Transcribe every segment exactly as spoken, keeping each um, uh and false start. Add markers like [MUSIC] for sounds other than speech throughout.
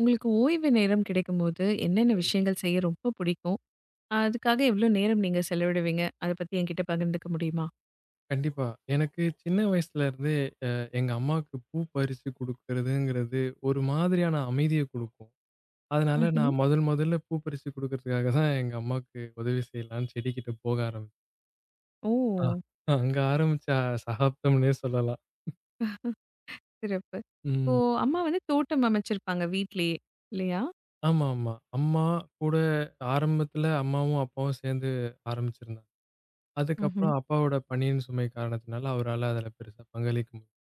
உங்களுக்கு ஓய்வு நேரம் கிடைக்கும்போது, என்னென்ன விஷயங்கள் செய்ய ரொம்ப பிடிக்கும்? அதுக்காக எவ்ளோ நேரம் நீங்க செலவிடுவீங்க? அத பத்தி என்கிட்ட பகிர்ந்துக்க முடியுமா? கண்டிப்பா. எனக்கு சின்ன வயசுல இருந்தே அ எங்க அம்மாவுக்கு பூ பறிச்சு குடுக்குறதுங்கிறது ஒரு மாதிரியான அமைதிய குடுக்கும். அதனால ம்ஹ்ம். நான் முதல் முதல்ல பூ பறிச்சு குடுக்குறதுக்காக தான் எங்க அம்மாவுக்கு உதவி செய்யலான்னு செடிகிட்ட போக ஆரம்பிச்சேன். ஓ! ஆ. அங்க ஆரம்பிச்ச சகாப்தம்னே சொல்லலாம். சிறப்பு. இப்போ ம். அம்மா வந்து தோட்டம் அமைச்சிருப்பாங்க வீட்லயே, இல்லையா? ஆமாமா. அம்மா கூட ஆரம்பத்துல அம்மாவும், அப்பாவும் சேர்ந்து ஆரம்பிச்சிருந்தாங்க. ம்ஹ்ம். அதுக்கப்புறம் அப்பாவோட பணியின் சுமை காரணத்தினால அவரால அதுல பெருசா பங்களிக்க முடியல.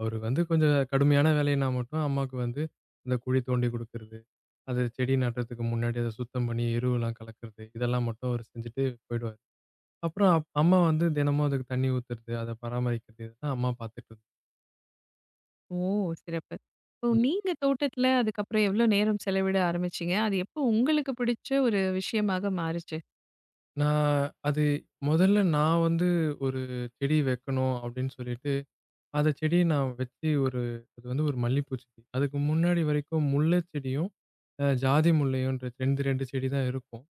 அவரு வந்து கொஞ்சம் கடுமையான வேலைன்னா மட்டும் அம்மாவுக்கு வந்து இந்த குழி தோண்டி குடுக்குறது, அது செடி நடுறதுக்கு முன்னாடி அத சுத்தம் பண்ணி எருவெல்லாம் கலக்கிறது, இதெல்லாம் மட்டும் அவரு செஞ்சுட்டு போயிடுவாரு. அப்புறம் அப் அம்மா வந்து தினமும் அதுக்கு தண்ணி ஊத்துறது, அத பராமரிக்கிறது இதெல்லாம் அம்மா பார்த்துட்டு இருந்தாங்க. ஓ! சிறப்பு. இப்போ ம். நீங்க தோட்டத்துல அதுக்கப்புறம் எவ்ளோ நேரம் செலவிட ஆரம்பிச்சீங்க? அது எப்போ உங்களுக்கு பிடிச்ச ஒரு விஷயமாக மாறுச்சு? நான் அது முதல்ல நான் வந்து ஒரு செடி வைக்கணும் அப்படின்னு சொல்லிட்டு, அந்த செடிய நான் வச்சு ஒரு அது வந்து ஒரு மல்லிப்பூ செடி. அதுக்கு முன்னாடி வரைக்கும் முல்லை செடியும், அ ஜாதி முல்லையுன்ற இரண்டு, இரண்டு செடி தான் இருக்கும்.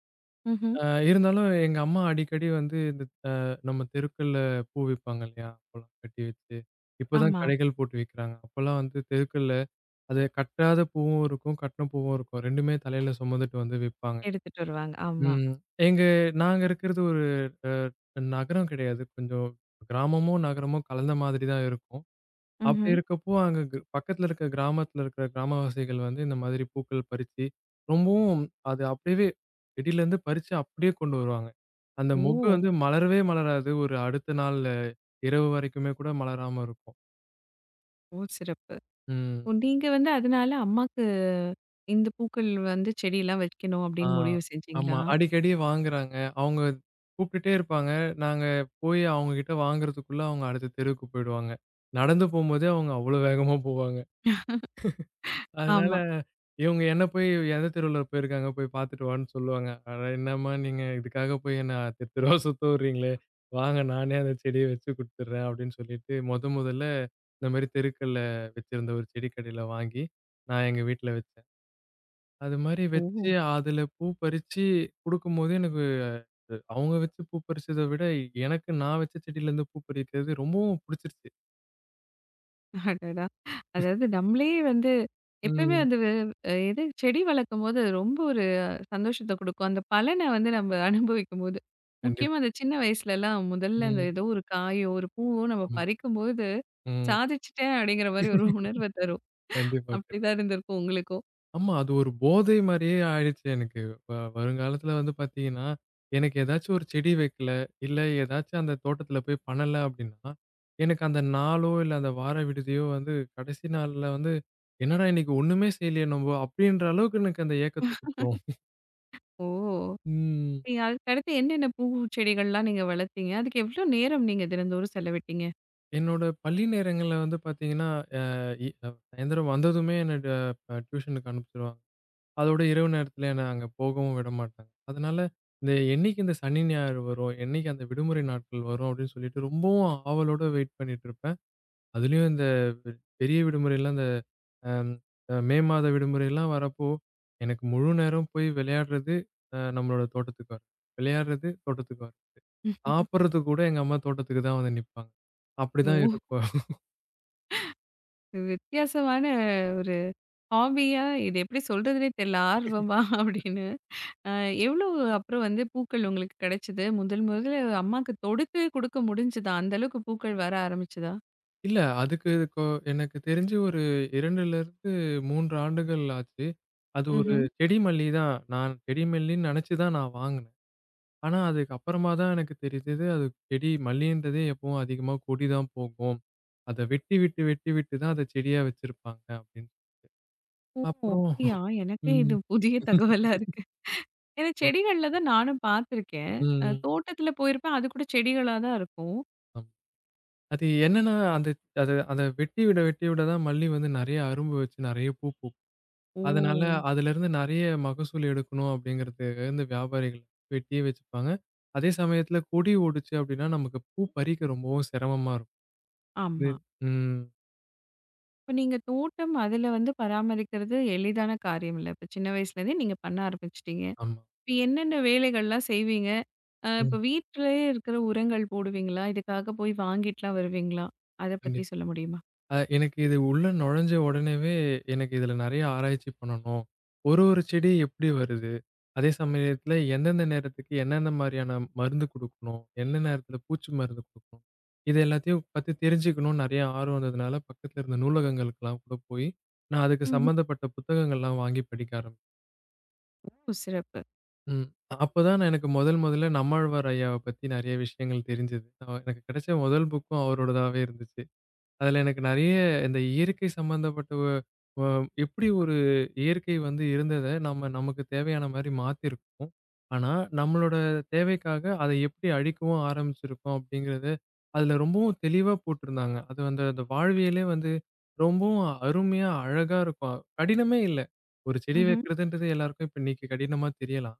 ம்ஹ்ம். அ இருந்தாலும் எங்க அம்மா அடிக்கடி வந்து இந்த அ நம்ம தெருக்கள்ல பூ விப்பாங்க இல்லையா? அப்போலாம் கட்டி வச்சு. இப்பதான் ஆமா. கடைகள் போட்டு விக்கிறாங்க. அப்போலாம் வந்து தெருக்கள்ல அது கட்டாத பூவும் இருக்கும், கட்டின பூவும் இருக்கும். 2மே தலையில சுமந்துட்டு வந்து விப்பாங்க. எடுத்துட்டு வருவாங்க. ஆமா. ம். எங்க நாங்க இருக்கிறது ஒரு அ நகரம் கிடையாது. கொஞ்சம் கிராமமும், நகரமும் கலந்த மாதிரி தான் இருக்கும். அப்படி ம்ஹ்ம். இருக்கப்போ, அங்க க் பக்கத்துல இருக்க கிராமத்துல இருக்கிற கிராமவாசிகள் வந்து இந்த மாதிரி பூக்கள் பறிச்சு, ரொம்பவும் அது அப்படியே செடியிலேருந்து பறிச்சு அப்படியே கொண்டு வருவாங்க. அந்த மொக்கு ஓ! வந்து மலரவே மலராது. ஒரு அடுத்த நாள் அஹ், இரவு வரைக்குமே கூட மலராம இருக்கும். ஓ! சிறப்பு. ஓ! ம். நீங்க வந்து அதனால அம்மா இந்த பூக்கள் வந்து செடியெல்லாம் வைக்கணும் ஆ. அப்படின்னு முடிவு செஞ்சீங்களா? ஆமா. அடிக்கடி வாங்குறாங்க. அவங்க கூப்பிட்டுட்டே இருப்பாங்க. நாங்க போய் அவங்க கிட்ட வாங்குறதுக்குள்ள அவங்க அடுத்த தெருவுக்கு போயிடுவாங்க. நடந்து போம்போதே அவங்க அவ்வளோ வேகமா போவாங்க. அதனால ஆமா. இவங்க என்ன போய் எந்த தெருவுல போயிருக்காங்க, போய் பார்த்துட்டு வான்னு சொல்லுவாங்க. அட என்னம்மா நீங்க இதுக்காக போய் என்ன தெரு தெருவா சுத்த விடுறீங்களே! வாங்க நானே அந்த செடிய வச்சு குடுத்துடுறேன் அப்படின்னு சொல்லிட்டு, மொத மொதல்ல இந்த மாரி தெருக்கள்ல வச்சிருந்த ஒரு செடி கடையில வாங்கி, நான் எங்க வீட்ல வச்சேன். அது மாரி வச்சு ஓ! அதுல பூ பறிச்சு குடுக்கும்போது எனக்கு அவங்க வச்சு பூ பறிச்சத விட, எனக்கு நான் வச்ச செடியிலருந்து பூ பறிக்கிறது ரொம்பவும் புடிச்சிருச்சு. அடடா! அதாவது நம்மளே வந்து எப்பவுமே ம். வந்து அ எது செடி வளர்க்கும்போது ரொம்ப ஒரு சந்தோஷத்த குடுக்கும். அந்த பலன வந்து நம்ம அனுபவிக்கும்போது. கண்டிப்பா. முக்கியமா அந்த சின்ன வயசுலலாம் முதல்ல அந்த ம். ஏதோ ஒரு காயோ, ஒரு பூவோ நம்ம ஆமா. பறிக்கும்போது, ம். சாதிச்சுட்டேன் அப்படிங்கிற மாரி ஒரு உணர்வ தரும். கண்டிப்பா. அப்படிதான் இருந்திருக்கும் உங்களுக்கும். ஆமா. அது ஒரு போதை மாரியே ஆயிடுச்சு எனக்கு. வ வருங்காலத்துல வந்து பாத்தீங்கன்னா, எனக்கு ஏதாச்சும் ஒரு செடி வைக்கல, இல்ல ஏதாச்சும் அந்த தோட்டத்துல போய் பண்ணல அப்டின்னா, எனக்கு அந்த நாளோ, இல்ல அந்த வார விடுதியோ வந்து கடைசி நாள்ல வந்து, "என்னடா இன்னைக்கு ஒண்ணுமே செய்யலையே நம்ப" அப்டின்ற அளவுக்கு எனக்கு அந்த ஏக்கத்த குடுத்துரும். ஓ! ம். நீங்க அதுக்கடுத்து என்னென்ன பூ, செடிகள்லாம் நீங்க வளர்த்தீங்க? அதுக்கு எவ்வளோ நேரம் நீங்க தினந்தோறும் செலவிட்டீங்க? என்னோட பள்ளி நேரங்கள்ல வந்து பாத்தீங்கன்னா, அ இ அஹ் சாயந்தரம் வந்ததுமே என்ன ட டியூஷனுக்கு அனுப்பிச்சுருவாங்க. அதோட இரவு நேரத்துல என்ன அங்க போகவும் விட மாட்டாங்க. அதனால இந்த என்னைக்கு இந்த சனி, ஞாயிறு வரும்? என்னைக்கு அந்த விடுமுறை நாட்கள் வரும்? அப்படின்னு சொல்லிட்டு ரொம்பவும் ஆவலோட வெயிட் பண்ணிட்டு இருப்பேன். அதுலயும் இந்த பெ பெரிய விடுமுறைலாம் இந்த அம் அ மே மாத விடுமுறைலாம் வரப்போ, எனக்கு முழு நேரம் போய் விளையாடுறது அ நம்மளோட தோட்டத்துக்கு வர விளையாடுறது தோட்டத்துக்கு வர சாப்பிடுறதுக்கு கூட எங்க அம்மா தோட்டத்துக்கு தான் வந்து நிப்பாங்க. அப்படிதான் ஓ! இருக்கும். வித்தியாசமான ஒரு ஹாபியா இது எப்படி சொல்றதுன்னே தெரியல. ஆர்வமா [LAUGHS] [LAUGHS] அப்படின்னு. அ எவ்ளோ அப்புறம் வந்து பூக்கள் உங்களுக்கு கிடைச்சது? முதல் முதல்ல அம்மாக்கு தொடுத்து குடுக்க முடிஞ்சுதா? அந்த அளவுக்கு பூக்கள் வர ஆரம்பிச்சதா? இல்ல அதுக்கு கொ எனக்கு தெரிஞ்சு ஒரு 2லிருந்து மூன்று ஆண்டுகள் ஆச்சு. அது ஒரு ம்ஹ்ம். செடி மல்லி தான். நான் செடி மல்லின்னு நெனச்சு தான் நான் வாங்குனேன். ஆனா, அதுக்கப்புறமா தான் எனக்கு தெரிஞ்சது, அது செடி மல்லின்றதே எப்பவும் அதிகமா கொடி தான் போகும். அத வெட்டி விட்டு, வெட்டி விட்டு தான் அத செடியா வச்சிருப்பாங்க அப்படின்னு. ஓ! அப்புறம் அப்படியா? எனக்கே ம். இது புதிய தகவலா இருக்கு. ஏன்னா செடிகள்ல தான் நானும் பார்த்துருக்கேன். அ ம். தோட்டத்துல போயிருப்பேன். அது கூட செடிகளா தான் இருக்கும். ஆமா. அது என்னன்னா, அந்த அத அத வெட்டி விட, வெட்டி விட தான் மல்லி வந்து நெறைய அரும்பு வச்சு நெறைய பூ பூக்கும். ஓ! அதனால அதுலருந்து நெறைய மகசூல் எடுக்கணும் அப்படிங்கிறது இந்த வியாபாரிகள் வெட்டியே வச்சுப்பாங்க. அதே சமயத்துல கொடி ஓடுச்சு அப்படின்னா, நமக்கு பூ பறிக்க ரொம்பவும் சிரமமா இருக்கும். இது ஆமா. ம். இப்ப நீங்க தோட்டம் அதுல வந்து பராமரிக்கிறது எளிதான காரியம் இல்ல. இப்ப சின்ன வயசுலேருந்தே நீங்க பண்ண ஆரம்பிச்சுட்டீங்க. ஆமா. இப்ப என்னென்ன வேலைகள்லாம் செய்வீங்க? அ இப்ப ம். வீட்டிலேயே இருக்கிற உரங்கள் போடுவீங்களா? இதுக்காக போய் வாங்கிட்டுலாம் வருவீங்களா? அத பத்தி கண்டிப்பா. சொல்ல முடியுமா? அ எனக்கு இது உள்ள நுழைஞ்ச உடனேவே, எனக்கு இதுல நெறைய ஆராய்ச்சி பண்ணணும். ஒரு ஒரு செடி எப்படி வருது? அதே சமயத்துல எந்தெந்த நேரத்துக்கு என்னென்ன மாரியான மருந்து குடுக்கணும்? எந்த நேரத்துல பூச்சி மருந்து குடுக்கணும்? இது எல்லாத்தையும் பத்தி தெரிஞ்சுக்கணும்னு நெறைய ஆர்வம் இருந்ததுனால, பக்கத்துல இருந்த நூலகங்களுக்கெல்லாம் கூட போய், நான் அதுக்கு ம்ஹ்ம். சம்மந்தப்பட்ட புத்தகங்கள்லாம் வாங்கி படிக்க ஆரம்பிச்சேன். ஓ! சிறப்பு. ம். அப்பதான் நான் எனக்கு முதல் முதல்ல நம்மாழ்வார் ஐயாவ பத்தி நெறைய விஷயங்கள் தெரிஞ்சது. அ எனக்கு கிடைச்ச முதல் புக்கும் அவரோடதாவே இருந்துச்சு. அதுல எனக்கு நெறைய இந்த இயற்கை சம்மந்தப்பட்ட வ வ எப்படி ஒரு இயற்கை வந்து இருந்தத நம்ம நமக்கு தேவையான மாரி மாத்திருக்கோம். ஆனா, நம்மளோட தேவைக்காக அத எப்படி அழிக்கவும் ஆரம்பிச்சிருக்கோம் அப்படிங்கிறது, அதுல ரொம்பவும் தெளிவா போட்டிருந்தாங்க. அது வந்து அந்த வாழ்வியலே வந்து ரொம்பவும் அருமையா, அழகா இருக்கும். கடினமே இல்ல. ஒரு செடி ம்ஹ்ம். வைக்கிறதுன்றது எல்லாருக்கும் இப்ப இன்னைக்கு கடினமா தெரியலாம்.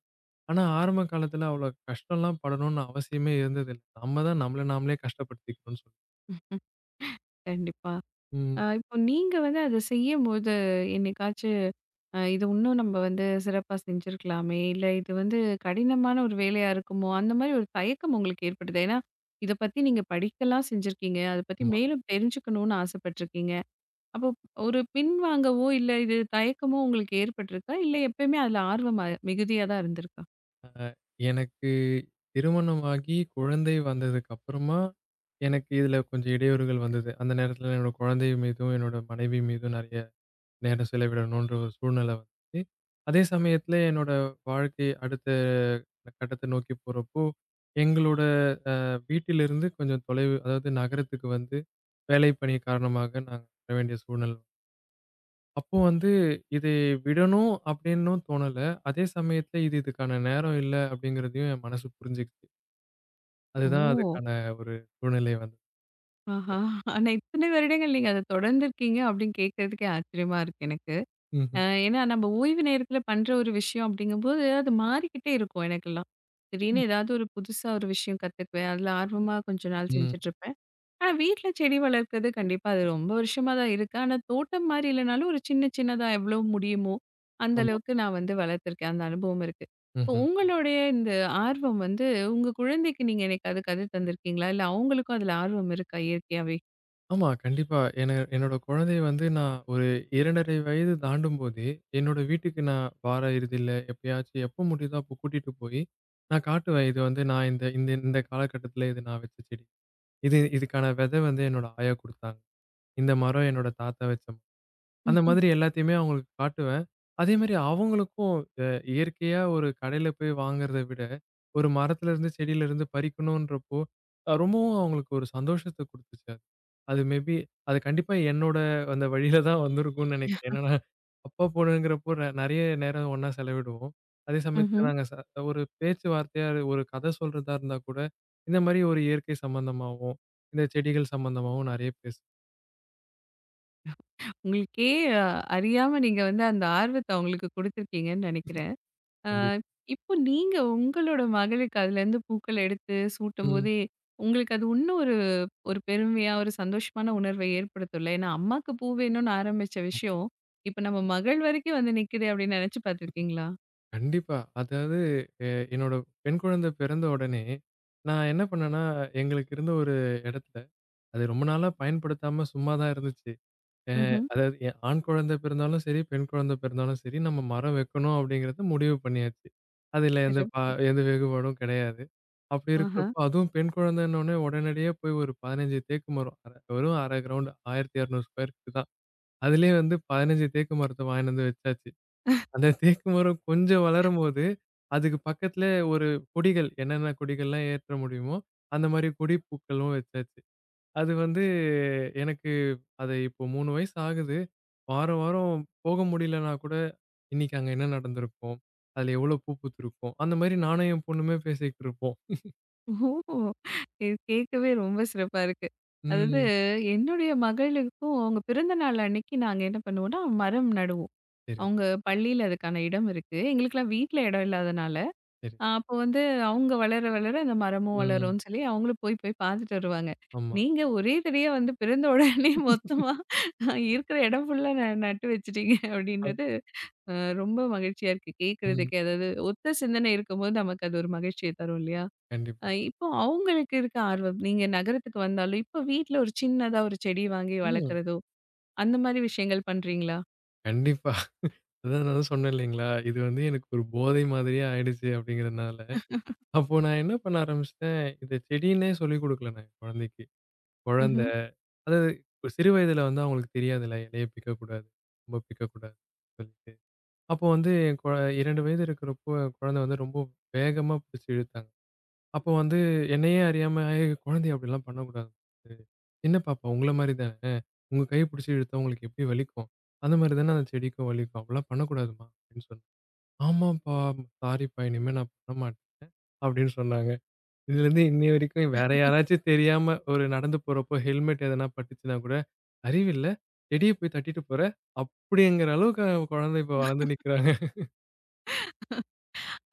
ஆனா, ஆரம்ப காலத்துல அவ்வளோ கஷ்டம்லாம் படணும்னு அவசியமே இருந்ததில்ல. நம்ம தான் நம்மள நாமளே கஷ்டப்படுத்திக்கணும்னு சொல் கண்டிப்பா. அ இப்போ நீங்க வந்து அத செய்யும்போது என்னைக்காச்சு அ இது இன்னும் நம்ம வந்து சிறப்பா செஞ்சிருக்கலாமே! இல்ல இது வந்து கடினமான ஒரு வேலையா இருக்குமோ! அந்த மாரி ஒரு தயக்கம் உங்களுக்கு ஏற்படுதா? ஏன்னா, இத பத்தி நீங்க படிக்கலாம் செஞ்சிருக்கீங்க. அத பத்தி ம். மேலும் தெரிஞ்சுக்கணும்னு ஆசைப்பட்டுருக்கீங்க. அப்போ ஒரு பின்வாங்கவோ, இல்ல இது தயக்கமோ உங்களுக்கு ஏற்பட்டுருக்கா? இல்ல எப்பயுமே அதுல ஆர்வம் அ மிகுதியா தான் இருந்திருக்கா? அ எனக்கு திருமணமாகி குழந்தை வந்ததுக்கப்புறமா, எனக்கு இதில கொஞ்சம் இடையூறுகள் வந்தது. அந்த நேரத்தில என்னோட குழந்தை மீதும், என்னோட மனைவி மீதும் நெறைய நேரம் செலவிடணுன்ற ஒரு சூழ்நிலை வந்துச்சு. அதே சமயத்தில என்னோட வாழ்க்கை அடுத்த கட்டத்த நோக்கி போறப்போ, எங்களோட வீட்டிலிருந்து கொஞ்சம் தொலைவு அதாவது நகரத்துக்கு வந்து வேலை பணி காரணமாக நாங்க வர வேண்டிய சூழ்நிலை. அப்போ வந்து இதை விடணும் அப்படின்னும் தோணல. அதே சமயத்தில இது இதுக்கான நேரம் இல்ல அப்படிங்கிறதையும் என் மனசு புரிஞ்சுக்கிச்சு. அதுதான் ஓ! அதுக்கான ஒரு சூழ்நிலை வந்தது. ஆஹா! ஆனா இத்தனை வருடங்கள் நீங்க அத தொடர்ந்திருக்கீங்க அப்படின்னு கேட்கறதுக்கே ஆச்சரியமா இருக்கு எனக்கு. அ ம்ஹ்ம். ஏன்னா நம்ம ஓய்வு நேரத்துல பண்ற ஒரு விஷயம் அப்படிங்கும்போது, அது மாறிக்கிட்டே இருக்கும் எனக்கெல்லாம். திடீர்னு ஆமா. ஏதாவது ஒரு புதுசா ஒரு விஷயம் கத்துக்குவேன். அதுல ஆர்வமா கொஞ்ச நாள் ம். செஞ்சுட்டுருப்பேன். ஆ வீட்ல செடி வளர்க்கிறது கண்டிப்பா அது ரொம்ப வருஷமா தான் இருக்கு. ஆனா தோட்டம் மாரி இல்லனாலும் ஒரு சின்ன சின்னதா எவ்ளோ முடியுமோ, அந்த ஆமா. அளவுக்கு நான் வந்து வளர்த்துருக்கேன். அந்த அனுபவம் இருக்கு. இப்போ ம்ஹ்ம். உங்களுடைய இந்த ஆர்வம் வந்து உங்க குழந்தைக்கு நீங்க என்னைக்காவது கத்து தந்திருக்கீங்களா? இல்ல அவங்களுக்கும் அதுல ஆர்வம் இருக்கா இயற்கையாவே? ஆமா. கண்டிப்பா. என என்னோட குழந்தைய வந்து நான் ஒரு ரெண்டரை வயது தாண்டும்போதே, என்னோட வீட்டுக்கு நான் வார இறுதியில எப்பயாச்சும் எப்ப முடியுதோ அப்போ கூட்டிட்டு போய், நான் காட்டுவேன். இது வந்து நான் இந்த இந்த இந்த காலகட்டத்தில இது நான் வச்ச செடி. இது இதுக்கான விதை வந்து என்னோட ஆயா குடுத்தாங்க. இந்த மரம் என்னோட தாத்தா வச்ச அந்த ம்ஹ்ம். மாதிரி எல்லாத்தையுமே அவங்களுக்கு காட்டுவேன். அதேமாரி அவங்களுக்கும் அ இயற்கையா ஒரு கடையில போய் வாங்குறத விட, ஒரு மரத்துலருந்து, செடியிலருந்து பறிக்கணுன்றப்போ, அ ரொம்பவும் அவங்களுக்கு ஒரு சந்தோஷத்த குடுத்துச்சு அது. அது மேபி அது கண்டிப்பா என்னோட அந்த வழியில தான் வந்திருக்கும்னு நெனைக்கிறேன். ஏன்னா, நான் அப்பா, பொண்ணுங்கிறப்போ நெ நெறைய நேரம் ஒண்ணா செலவிடுவோம். அதே சமயத்துல ம்ஹ்ம். நாங்க ச ஒரு பேச்சுவார்த்தையா ஒரு கதை சொல்றதா இருந்தா கூட, இந்த மாரி ஒரு இயற்கை சம்மந்தமாவும், இந்த செடிகள் சம்மந்தமாவும் நெறைய பேசுவோம். உங்களுக்கே அ அறியாம நீங்க வந்து அந்த ஆர்வத்த அவங்களுக்கு குடுத்துருக்கீங்கன்னு நெனைக்கிறேன். ஆ கண்டிப்பா. இப்போ நீங்க உங்களோட மகளுக்கு அதுலேருந்து பூக்கள் எடுத்து ம். சூட்டும்போதே, உங்களுக்கு அது இன்னும் ஒரு ஒரு பெருமையா, ஒரு சந்தோஷமான உணர்வை ஏற்படுத்தும்ல. ஏன்னா, அம்மாக்கு பூ வேணும்னு ஆரம்பிச்ச விஷயம், இப்ப நம்ம மகள் வரைக்கும் வந்து நிக்குதே அப்படின்னு நெனச்சு பார்த்துருக்கீங்களா? கண்டிப்பா. அதாவது எ என்னோட பெண் குழந்தை பிறந்த உடனே, நான் என்ன பண்ணேன்னா, எங்களுக்கு இருந்த ஒரு இடத்துல, அது ரொம்ப நாளா பயன்படுத்தாம சும்மா தான் இருந்துச்சு. அ ம்ஹ்ம். அதாவது எ ஆண் குழந்தை பிறந்தாலும் சரி, பெண் குழந்தை பிறந்தாலும் சரி, நம்ம மரம் வைக்கணும் அப்படிங்கிறத முடிவு பண்ணியாச்சு. அதுல எந்த பா சிறப்பு. எந்த வெகுபாடும் கிடையாது. அப்படி ஆஹா. இருக்கிறப்போ, அதுவும் பெண் குழந்தைன்னோனே உடனடியா போய் ஒரு பதினைஞ்சு தேக்கு மரம். அர வெறும் அரை கிரவுண்ட் ஆயிரத்தி இருநூறு ஸ்கொயர் ஃபீட் தான். அதிலயே வந்து பதினைஞ்சு தேக்கு மரத்த வாங்கின்னு வந்து வச்சாச்சு. அந்த தேக்கு மரம் கொஞ்சம் வளரும்போது, அதுக்கு பக்கத்தில ஒரு கொடிகள் என்னென்ன கொடிகள்லாம் ஏற்ற முடியுமோ, அந்த மாரி கொடி பூக்களும் வச்சாச்சு. அது வந்து எனக்கு அது இப்போ மூணு வயசு ஆகுது. வாரம், வாரம் போக முடியலன்னா கூட, இன்னைக்கு அங்க என்ன நடந்திருக்கும்? அதில எவ்வளோ பூ பூத்திருக்கும்? அந்த மாரி நானும் என் பொண்ணுமே பேசிக்கிட்டு இருப்போம். ஓ! இது கேட்கவே ரொம்ப சிறப்பா இருக்கு. அதாவது ம். என்னுடைய மகளுக்கும் அவங்க பிறந்த நாள் அன்னைக்கு நாங்க என்ன பண்ணுவோம்னா, மரம் நடுவோம். சரி, அவங்க பள்ளியில அதுக்கான இடம் இருக்கு. எங்களுக்கெல்லாம் வீட்ல இடம் இல்லாதனால சரி. ஆ அப்போ வந்து அவங்க வளர வளர அந்த மரமும் ம். வளரும்ன்னு சொல்லி அவங்களும் போய் போய் பார்த்துட்டு வருவாங்க. ஆமா. நீங்க ஒரே தடவையா வந்து பிறந்த உடனே [LAUGHS] மொத்தமா ஆஹ் இருக்கிற இடம் ஃபுல்லா ந நட்டு வச்சுட்டீங்க அ. அப்படின்றது அ ரொம்ப மகிழ்ச்சியா இருக்கு ம். கேட்கறதுக்கே. அதாவது ஒத்த சிந்தனை இருக்கும்போது நமக்கு அது ஒரு மகிழ்ச்சிய தரும் இல்லையா? அ கண்டிப்பா. இப்போ அவங்களுக்கு இருக்க ஆர்வம், நீங்க நகரத்துக்கு வந்தாலும் இப்போ வீட்ல ஒரு சின்னதா ஒரு செடி வாங்கி ம். வளர்க்குறதோ, அந்த மாரி விஷயங்கள் பண்றீங்களா? கண்டிப்பா. அதான் நான் சொன்னேன் இல்லைங்களா? இது வந்து எனக்கு ஒரு போதை மாதிரியே ஆயிடுச்சு அப்படிங்கிறனால. அப்போ நான் என்ன பண்ண ஆரம்பிச்சுட்டேன், இத செடின்னே சொல்லிக் குடுக்கல நான் என் குழந்தைக்கு. ம்ஹ்ம். குழந்தை அதாவது ஒரு சிறு வயதில வந்து அவங்களுக்கு தெரியாதுல்ல, இலைய பிக்கக்கூடாது, ரொம்ப பிக்கக்கூடாது சொல்லிட்டு. அப்போ வந்து என் கொ இரண்டு வயது இருக்கிறப்போ என் குழந்தை வந்து ரொம்ப வேகமா பிடிச்சு இழுத்தாங்க. அப்போ வந்து என்னையே அறியாம, "ஏய் குழந்தைய அப்படிலாம் பண்ணக்கூடாது. சின்ன பாப்பா உங்கள மாரி தானே. உங்க கை பிடிச்சு இழுத்தா உங்களுக்கு எப்படி வலிக்கும்? அந்த மாரி தானே அந்த செடிக்கும் வலிக்கும். அப்படிலாம் பண்ணக்கூடாதும்மா" அப்படின்னு சொன்னேன். "ஆமாப்பா சாரிப்பா இனிமே நான் பண்ண மாட்டேன்" அப்படின்னு சொன்னாங்க. இதுலருந்து இன்னைய வரைக்கும் வேற யாராச்சும் தெரியாம ஒரு நடந்து போறப்போ ஹெல்மெட் எதனா பட்டுச்சுன்னா கூட, "அறிவில்ல, செடிய போய் தட்டிட்டு போற" அப்படிங்கிற அளவுக்கு அவன் குழந்தை இப்ப வளர்ந்து நிக்கிறாங்க.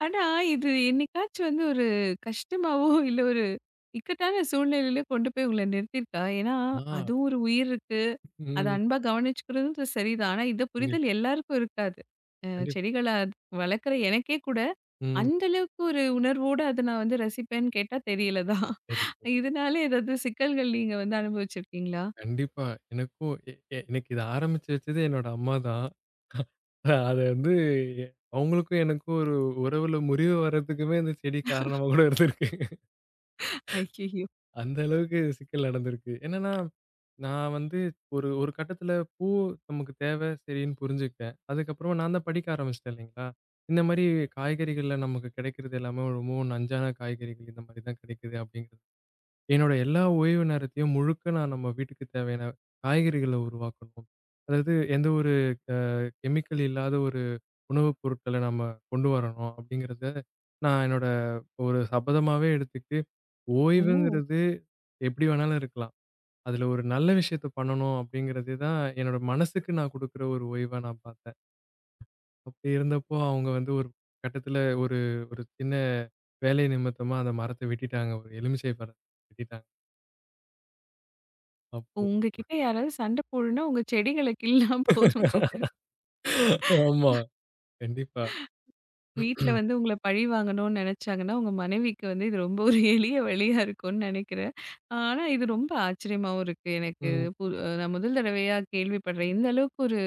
ஆனா, இது என்னைக்காச்சும் வந்து ஒரு கஷ்டமாவோ இல்ல ஒரு இக்கட்டான சூழ்நிலையில கொண்டு போய் உங்கள நிறுத்தியிருக்கா? ஏன்னா, ஆ, அதுவும் ஒரு உயிர் இருக்கு. அத ம். அன்பா கவனிச்சுக்கிறதும் சரிதான். ஆனா, இந்த கண்டிப் புரிதல் எல்லாருக்கும் இருக்காது. அ கண்டிப்பா. செடிகள வளர்க்குற எனக்கே கூட, ம். அந்த அளவுக்கு ஒரு உணர்வோட அத நான் வந்து ரசிப்பேன்னு கேட்டா தெரியல தான். சரி, சரி. இதனால ஏதாவது சிக்கல்கள் நீங்க வந்து அனுபவிச்சிருக்கீங்களா? கண்டிப்பா. எனக்கும் எ எ எனக்கு இத ஆரம்பிச்சு வச்சது என்னோட அம்மா தான். அது வந்து எ அவங்களுக்கும் எனக்கும் ஒரு உறவுல முறிவு வர்றதுக்குமே இந்த செடி காரணமா கூட இருந்திருக்கு. ஐய்யயோ! அந்த அளவுக்கு சிக்கல் நடந்திருக்கு. என்னன்னா நான் வந்து ஒரு ஒரு கட்டத்தில பூ நமக்கு தேவை சரின்னு புரிஞ்சுக்கிட்டேன். அதுக்கப்புறமா நான் தான் படிக்க ஆரம்பிச்சுட்டேன் இல்லைங்களா? இந்த மாரி காய்கறிகள்ல நமக்கு கிடைக்கிறது எல்லாமே ரொம்பவும் நஞ்சான காய்கறிகள் இந்த மாரி தான் கிடைக்குது அப்படிங்கிறது. என்னோட எல்லா ஓய்வு நேரத்தையும் முழுக்க நான் நம்ம வீட்டுக்கு தேவையான காய்கறிகள உருவாக்கணும். அதாவது எந்த ஒரு அ கெமிக்கல் இல்லாத ஒரு உணவுப் பொருட்கள நம்ம கொண்டு வரணும் அப்படிங்கிறத நான் என்னோட ஒரு சபதமாவே எடுத்துக்கிட்டு ஓ! ஓய்வுங்கிறது எப்படி வேணாலும் இருக்கலாம். அதுல ஒரு நல்ல விஷயத்த பண்ணணும் அப்படிங்கிறது தான் என்னோட மனசுக்கு நான் குடுக்குற ஒரு ஓய்வா நான் பார்த்தேன். அப்படி இருந்தப்போ அவங்க வந்து ஒரு கட்டத்துல ஒரு ஒரு சின்ன வேலை நிமித்தமா அந்த மரத்த வெட்டிட்டாங்க. ஒரு எலுமிச்சை மரத்த வெட்டிட்டாங்க. அப்போ உங்ககிட்ட யாராவது சண்ட போடுனா, உங்க செடிகள கிள்னா போதும் போல. [LAUGHS] ஆமா. கண்டிப்பா. வீட்ல வந்து உங்கள பழி வாங்கணும்னு நெனச்சாங்கன்னா, உங்க மனைவிக்கு வந்து இது ரொம்ப ஒரு எளிய வழியா இருக்கும்னு நெனைக்கிறேன். ஆனா இது ரொம்ப ஆச்சரியமாவும் இருக்கு எனக்கு. ம். பு அ நான் முதல் தடவையா கேள்விப்படுறேன். இந்த அளவுக்கு ஒரு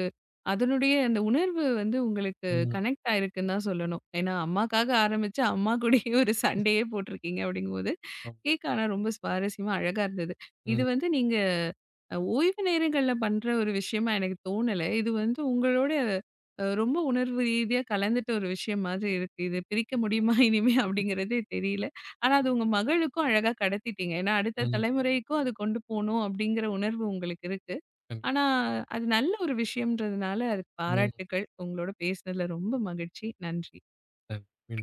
அதனுடைய அந்த உணர்வு வந்து உங்களுக்கு ம். கனெக்ட் ஆயிருக்குன்னு தான் சொல்லணும். ஏன்னா அம்மாக்காக ஆரம்பிச்சு, அம்மா கூடயே ஒரு சண்டையே போட்டிருக்கீங்க அப்படிங்கும்போது, ஆமா. கேட்க ஆனா ரொம்ப சுவாரஸ்யமா, அழகா இருந்தது. இது ம். வந்து நீங்க அ ஓய்வு நேரங்கள்ல பண்ற ஒரு விஷயமா எனக்கு தோணல. இது வந்து உங்களோட அ ரொம்ப உணர்வு ரீதியா கலந்துட்ட ஒரு விஷயம் மாதிரி இருக்கு. இது பிரிக்க முடியுமா [LAUGHS] இனிமே அப்படிங்கிறதே தெரியல. ஆனா அது உங்க மகளுக்கும் அழகா கடத்திட்டீங்க. ஏன்னா அடுத்த ம். தலைமுறைக்கும் அது கொண்டு போணும் அப்படிங்கிற உணர்வு உங்களுக்கு இருக்கு. கண்டிப்பா. ஆனா அது நல்ல ஒரு விஷயம்ன்றதுனால அதுக்கு ம். பாராட்டுக்கள். உங்களோட பேசினதுல ரொம்ப மகிழ்ச்சி. நன்றி. நன்றி. மீண்டும்